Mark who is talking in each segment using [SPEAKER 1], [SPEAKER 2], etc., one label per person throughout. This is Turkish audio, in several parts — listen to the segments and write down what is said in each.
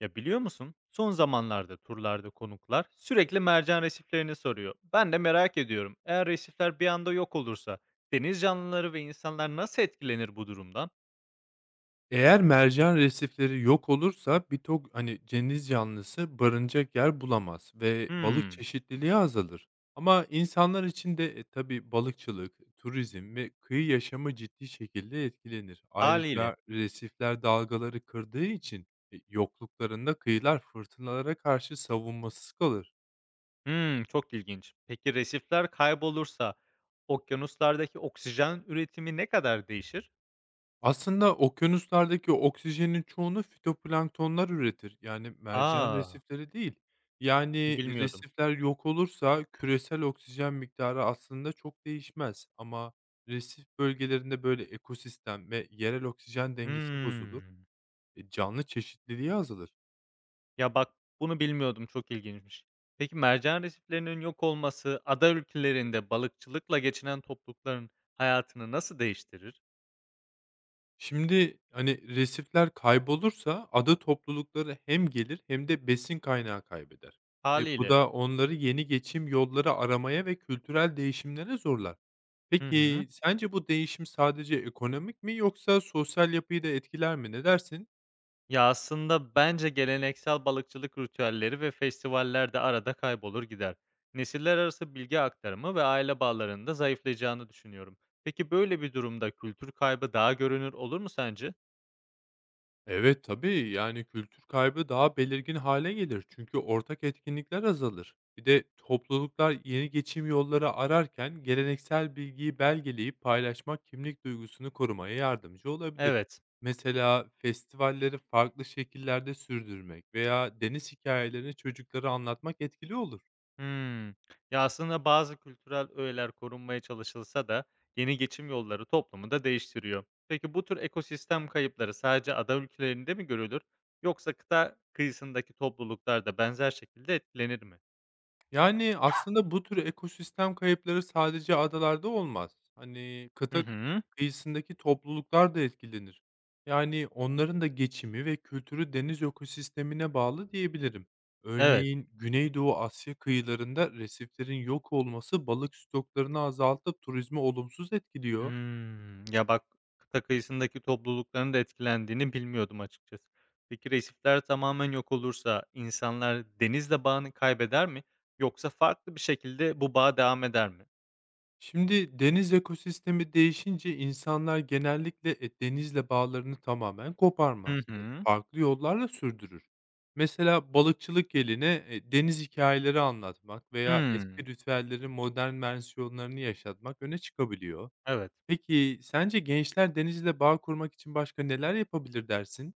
[SPEAKER 1] Ya biliyor musun? Son zamanlarda turlarda konuklar sürekli mercan resiflerini soruyor. Ben de merak ediyorum. Eğer resifler bir anda yok olursa deniz canlıları ve insanlar nasıl etkilenir bu durumdan?
[SPEAKER 2] Eğer mercan resifleri yok olursa birçok, hani, deniz canlısı barınacak yer bulamaz ve balık
[SPEAKER 1] Hmm,
[SPEAKER 2] çeşitliliği azalır. Ama insanlar için de, tabii balıkçılık, turizm ve kıyı yaşamı ciddi şekilde etkilenir.
[SPEAKER 1] haliyle.
[SPEAKER 2] Ayrıca resifler dalgaları kırdığı için, yokluklarında kıyılar fırtınalara karşı savunmasız kalır.
[SPEAKER 1] Hmm, çok ilginç. Peki resifler kaybolursa okyanuslardaki oksijen üretimi ne kadar değişir?
[SPEAKER 2] Aslında okyanuslardaki oksijenin çoğunu fitoplanktonlar üretir. Yani mercan
[SPEAKER 1] Aa,
[SPEAKER 2] resifleri değil. Yani
[SPEAKER 1] bilmiyordum.
[SPEAKER 2] resifler yok olursa küresel oksijen miktarı aslında çok değişmez. Ama resif bölgelerinde böyle ekosistem ve yerel oksijen dengesi bozulur.
[SPEAKER 1] Hmm.
[SPEAKER 2] Canlı çeşitliliği azalır.
[SPEAKER 1] Ya, bak, bunu bilmiyordum, çok ilginçmiş. Peki mercan resiflerinin yok olması ada ülkelerinde balıkçılıkla geçinen toplulukların hayatını nasıl değiştirir?
[SPEAKER 2] Şimdi hani resifler kaybolursa ada toplulukları hem gelir hem de besin kaynağı kaybeder. Bu
[SPEAKER 1] Haliyle.
[SPEAKER 2] da onları yeni geçim yolları aramaya ve kültürel değişimlere zorlar.
[SPEAKER 1] Hı hı.
[SPEAKER 2] Peki, sence bu değişim sadece ekonomik mi yoksa sosyal yapıyı da etkiler mi? Ne dersin?
[SPEAKER 1] Ya, aslında bence geleneksel balıkçılık ritüelleri ve festivaller de arada kaybolur gider. Nesiller arası bilgi aktarımı ve aile bağlarının da zayıflayacağını düşünüyorum. Peki böyle bir durumda kültür kaybı daha görünür olur mu sence?
[SPEAKER 2] Evet, tabii. Yani kültür kaybı daha belirgin hale gelir çünkü ortak etkinlikler azalır. Bir de topluluklar yeni geçim yolları ararken geleneksel bilgiyi belgeleyip paylaşmak kimlik duygusunu korumaya yardımcı olabilir.
[SPEAKER 1] Evet.
[SPEAKER 2] Mesela festivalleri farklı şekillerde sürdürmek veya deniz hikayelerini çocuklara anlatmak etkili olur.
[SPEAKER 1] Hımm. Ya, aslında bazı kültürel öğeler korunmaya çalışılsa da yeni geçim yolları toplumu da değiştiriyor. Peki bu tür ekosistem kayıpları sadece ada ülkelerinde mi görülür yoksa kıta kıyısındaki topluluklar da benzer şekilde etkilenir mi?
[SPEAKER 2] Yani, aslında bu tür ekosistem kayıpları sadece adalarda olmaz. Hani,
[SPEAKER 1] Hı
[SPEAKER 2] kıta
[SPEAKER 1] hı.
[SPEAKER 2] kıyısındaki topluluklar da etkilenir. Yani, onların da geçimi ve kültürü deniz ekosistemine bağlı diyebilirim.
[SPEAKER 1] Evet.
[SPEAKER 2] Örneğin, Güneydoğu Asya kıyılarında resiflerin yok olması balık stoklarını azaltıp turizmi olumsuz etkiliyor.
[SPEAKER 1] Hımm. Ya, bak, kıta kıyısındaki toplulukların da etkilendiğini bilmiyordum açıkçası. Peki resifler tamamen yok olursa insanlar denizle bağını kaybeder mi yoksa farklı bir şekilde bu bağ devam eder mi?
[SPEAKER 2] Şimdi deniz ekosistemi değişince insanlar genellikle denizle bağlarını tamamen
[SPEAKER 1] Hı
[SPEAKER 2] koparmaz.
[SPEAKER 1] hı.
[SPEAKER 2] Farklı yollarla sürdürür. Mesela balıkçılık yerine deniz hikayeleri anlatmak veya
[SPEAKER 1] Hımm.
[SPEAKER 2] eski ritüellerin modern versiyonlarını yaşatmak öne çıkabiliyor.
[SPEAKER 1] Evet.
[SPEAKER 2] Peki sence gençler denizle bağ kurmak için başka neler yapabilir dersin?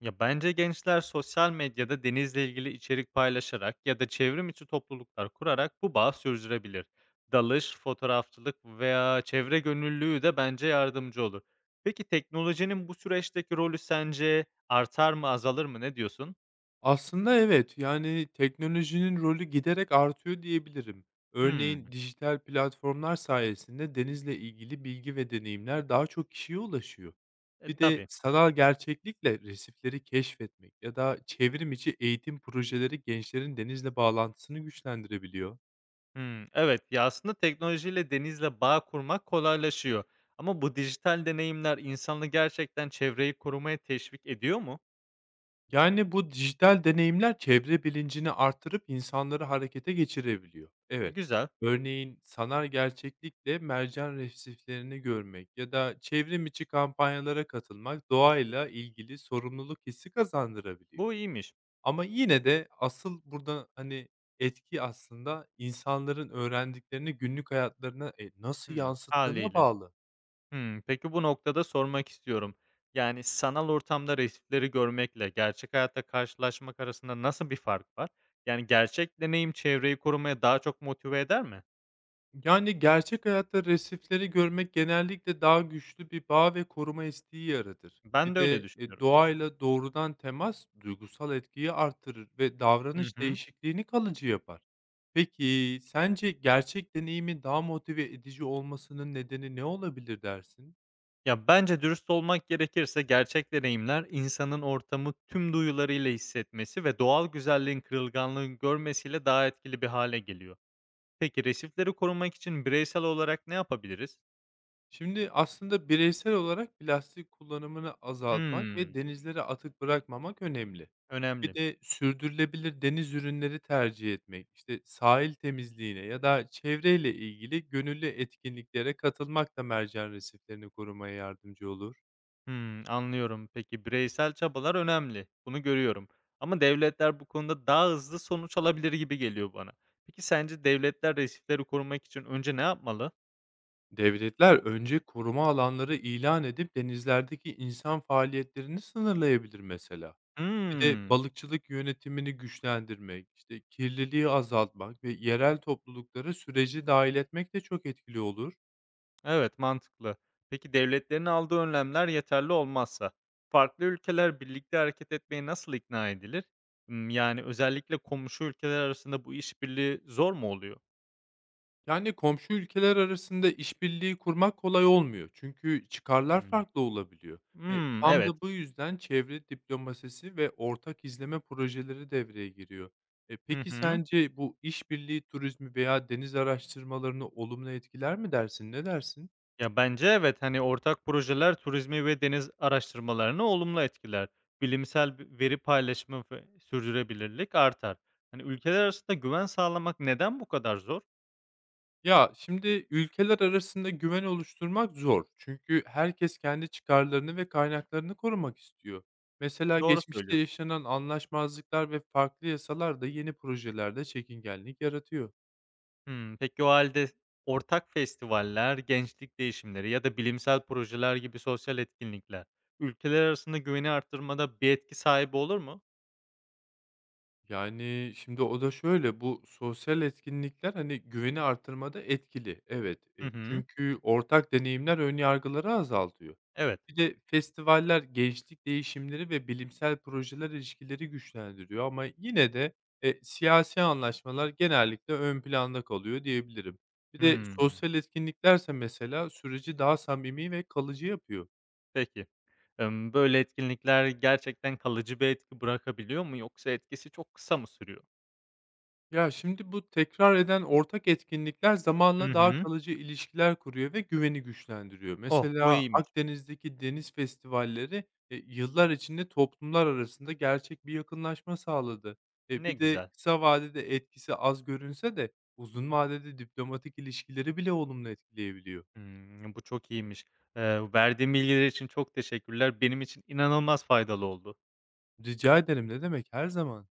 [SPEAKER 1] Ya, bence gençler sosyal medyada denizle ilgili içerik paylaşarak ya da çevrim içi topluluklar kurarak bu bağı sürdürebilir. Dalış, fotoğrafçılık veya çevre gönüllülüğü de bence yardımcı olur. Peki teknolojinin bu süreçteki rolü sence artar mı, azalır mı? Ne diyorsun?
[SPEAKER 2] Aslında evet, yani, teknolojinin rolü giderek artıyor diyebilirim. Örneğin
[SPEAKER 1] Hımm.
[SPEAKER 2] dijital platformlar sayesinde denizle ilgili bilgi ve deneyimler daha çok kişiye ulaşıyor. Bir de
[SPEAKER 1] Tabii.
[SPEAKER 2] sanal gerçeklikle resifleri keşfetmek ya da çevrim içi eğitim projeleri gençlerin denizle bağlantısını güçlendirebiliyor.
[SPEAKER 1] Hımm. Evet, ya, aslında teknolojiyle denizle bağ kurmak kolaylaşıyor ama bu dijital deneyimler insanı gerçekten çevreyi korumaya teşvik ediyor mu?
[SPEAKER 2] Yani, bu dijital deneyimler çevre bilincini artırıp insanları harekete geçirebiliyor. Evet.
[SPEAKER 1] Güzel.
[SPEAKER 2] Örneğin, sanal gerçeklikle mercan resiflerini görmek ya da çevrim içi kampanyalara katılmak doğayla ilgili sorumluluk hissi kazandırabiliyor.
[SPEAKER 1] Bu iyiymiş.
[SPEAKER 2] Ama yine de asıl burada, hani, etki aslında insanların öğrendiklerini günlük hayatlarına, nasıl
[SPEAKER 1] Hımm,
[SPEAKER 2] yansıttığına
[SPEAKER 1] hâliyle.
[SPEAKER 2] bağlı.
[SPEAKER 1] Hımm. Peki bu noktada sormak istiyorum. Yani, sanal ortamda resifleri görmekle gerçek hayatta karşılaşmak arasında nasıl bir fark var? Yani, gerçek deneyim çevreyi korumaya daha çok motive eder mi?
[SPEAKER 2] Yani, gerçek hayatta resifleri görmek genellikle daha güçlü bir bağ ve koruma isteği yaratır. Bir
[SPEAKER 1] Ben de öyle
[SPEAKER 2] de,
[SPEAKER 1] düşünüyorum.
[SPEAKER 2] doğayla doğrudan temas duygusal etkiyi artırır ve
[SPEAKER 1] Hı
[SPEAKER 2] davranış
[SPEAKER 1] hı.
[SPEAKER 2] değişikliğini kalıcı yapar. Peki, sence gerçek deneyimin daha motive edici olmasının nedeni ne olabilir dersin?
[SPEAKER 1] Ya, bence dürüst olmak gerekirse gerçek deneyimler insanın ortamı tüm duyularıyla hissetmesi ve doğal güzelliğin kırılganlığını görmesiyle daha etkili bir hale geliyor. Peki resifleri korumak için bireysel olarak ne yapabiliriz?
[SPEAKER 2] Şimdi aslında bireysel olarak plastik kullanımını azaltmak ve
[SPEAKER 1] Hımm,
[SPEAKER 2] denizlere atık bırakmamak önemli. Bir
[SPEAKER 1] önemli.
[SPEAKER 2] de sürdürülebilir deniz ürünleri tercih etmek, işte sahil temizliğine ya da çevreyle ilgili gönüllü etkinliklere katılmak da mercan resiflerini korumaya yardımcı olur.
[SPEAKER 1] Hımm, anlıyorum. Peki, bireysel çabalar önemli. Bunu görüyorum. Ama devletler bu konuda daha hızlı sonuç alabilir gibi geliyor bana. Peki, sence devletler resifleri korumak için önce ne yapmalı?
[SPEAKER 2] Devletler önce koruma alanları ilan edip denizlerdeki insan faaliyetlerini sınırlayabilir mesela. Bir de
[SPEAKER 1] Hımm.
[SPEAKER 2] balıkçılık yönetimini güçlendirmek, işte, kirliliği azaltmak ve yerel topluluklara süreci dahil etmek de çok etkili olur.
[SPEAKER 1] Evet, mantıklı. Peki, devletlerin aldığı önlemler yeterli olmazsa farklı ülkeler birlikte hareket etmeye nasıl ikna edilir? Yani özellikle komşu ülkeler arasında bu işbirliği zor mu oluyor?
[SPEAKER 2] Yani komşu ülkeler arasında işbirliği kurmak kolay olmuyor çünkü çıkarlar
[SPEAKER 1] Hımm.
[SPEAKER 2] farklı olabiliyor.
[SPEAKER 1] Hımm,
[SPEAKER 2] Tam
[SPEAKER 1] evet.
[SPEAKER 2] da bu yüzden çevre diplomasisi ve ortak izleme projeleri devreye giriyor.
[SPEAKER 1] Hı
[SPEAKER 2] Peki
[SPEAKER 1] hı.
[SPEAKER 2] sence bu işbirliği turizmi veya deniz araştırmalarını olumlu etkiler mi dersin? Ne dersin?
[SPEAKER 1] Ya, bence evet, hani, ortak projeler turizmi ve deniz araştırmalarını olumlu etkiler. Bilimsel veri paylaşımı ve sürdürülebilirlik artar. Hani, ülkeler arasında güven sağlamak neden bu kadar zor?
[SPEAKER 2] Ya, şimdi ülkeler arasında güven oluşturmak zor. Çünkü herkes kendi çıkarlarını ve kaynaklarını korumak istiyor. Mesela
[SPEAKER 1] Doğru
[SPEAKER 2] geçmişte
[SPEAKER 1] söylüyorsun.
[SPEAKER 2] yaşanan anlaşmazlıklar ve farklı yasalar da yeni projelerde çekingenlik yaratıyor.
[SPEAKER 1] Hımm, peki o halde ortak festivaller, gençlik değişimleri ya da bilimsel projeler gibi sosyal etkinlikler, ülkeler arasında güveni arttırmada bir etki sahibi olur mu?
[SPEAKER 2] Yani, şimdi o da şöyle, bu sosyal etkinlikler, hani, güveni artırmada etkili, evet.
[SPEAKER 1] Hı hı.
[SPEAKER 2] Çünkü ortak deneyimler ön yargıları azaltıyor.
[SPEAKER 1] Evet.
[SPEAKER 2] Bir de festivaller gençlik değişimleri ve bilimsel projeler ilişkileri güçlendiriyor ama yine de, siyasi anlaşmalar genellikle ön planda kalıyor diyebilirim. Bir de
[SPEAKER 1] Hımm.
[SPEAKER 2] sosyal etkinliklerse mesela süreci daha samimi ve kalıcı yapıyor.
[SPEAKER 1] Peki. Böyle etkinlikler gerçekten kalıcı bir etki bırakabiliyor mu yoksa etkisi çok kısa mı sürüyor?
[SPEAKER 2] Ya, şimdi bu tekrar eden ortak etkinlikler
[SPEAKER 1] Hı
[SPEAKER 2] zamanla daha
[SPEAKER 1] hı.
[SPEAKER 2] kalıcı ilişkiler kuruyor ve güveni güçlendiriyor.
[SPEAKER 1] Oh, bu
[SPEAKER 2] Mesela
[SPEAKER 1] iyiymiş.
[SPEAKER 2] Akdeniz'deki deniz festivalleri, yıllar içinde toplumlar arasında gerçek bir yakınlaşma sağladı.
[SPEAKER 1] Ne
[SPEAKER 2] Bir de
[SPEAKER 1] güzel.
[SPEAKER 2] kısa vadede etkisi az görünse de uzun vadede diplomatik ilişkileri bile olumlu etkileyebiliyor.
[SPEAKER 1] Hımm, bu çok iyiymiş. Verdiğin bilgiler için çok teşekkürler. Benim için inanılmaz faydalı oldu.
[SPEAKER 2] Rica ederim, ne demek, her zaman.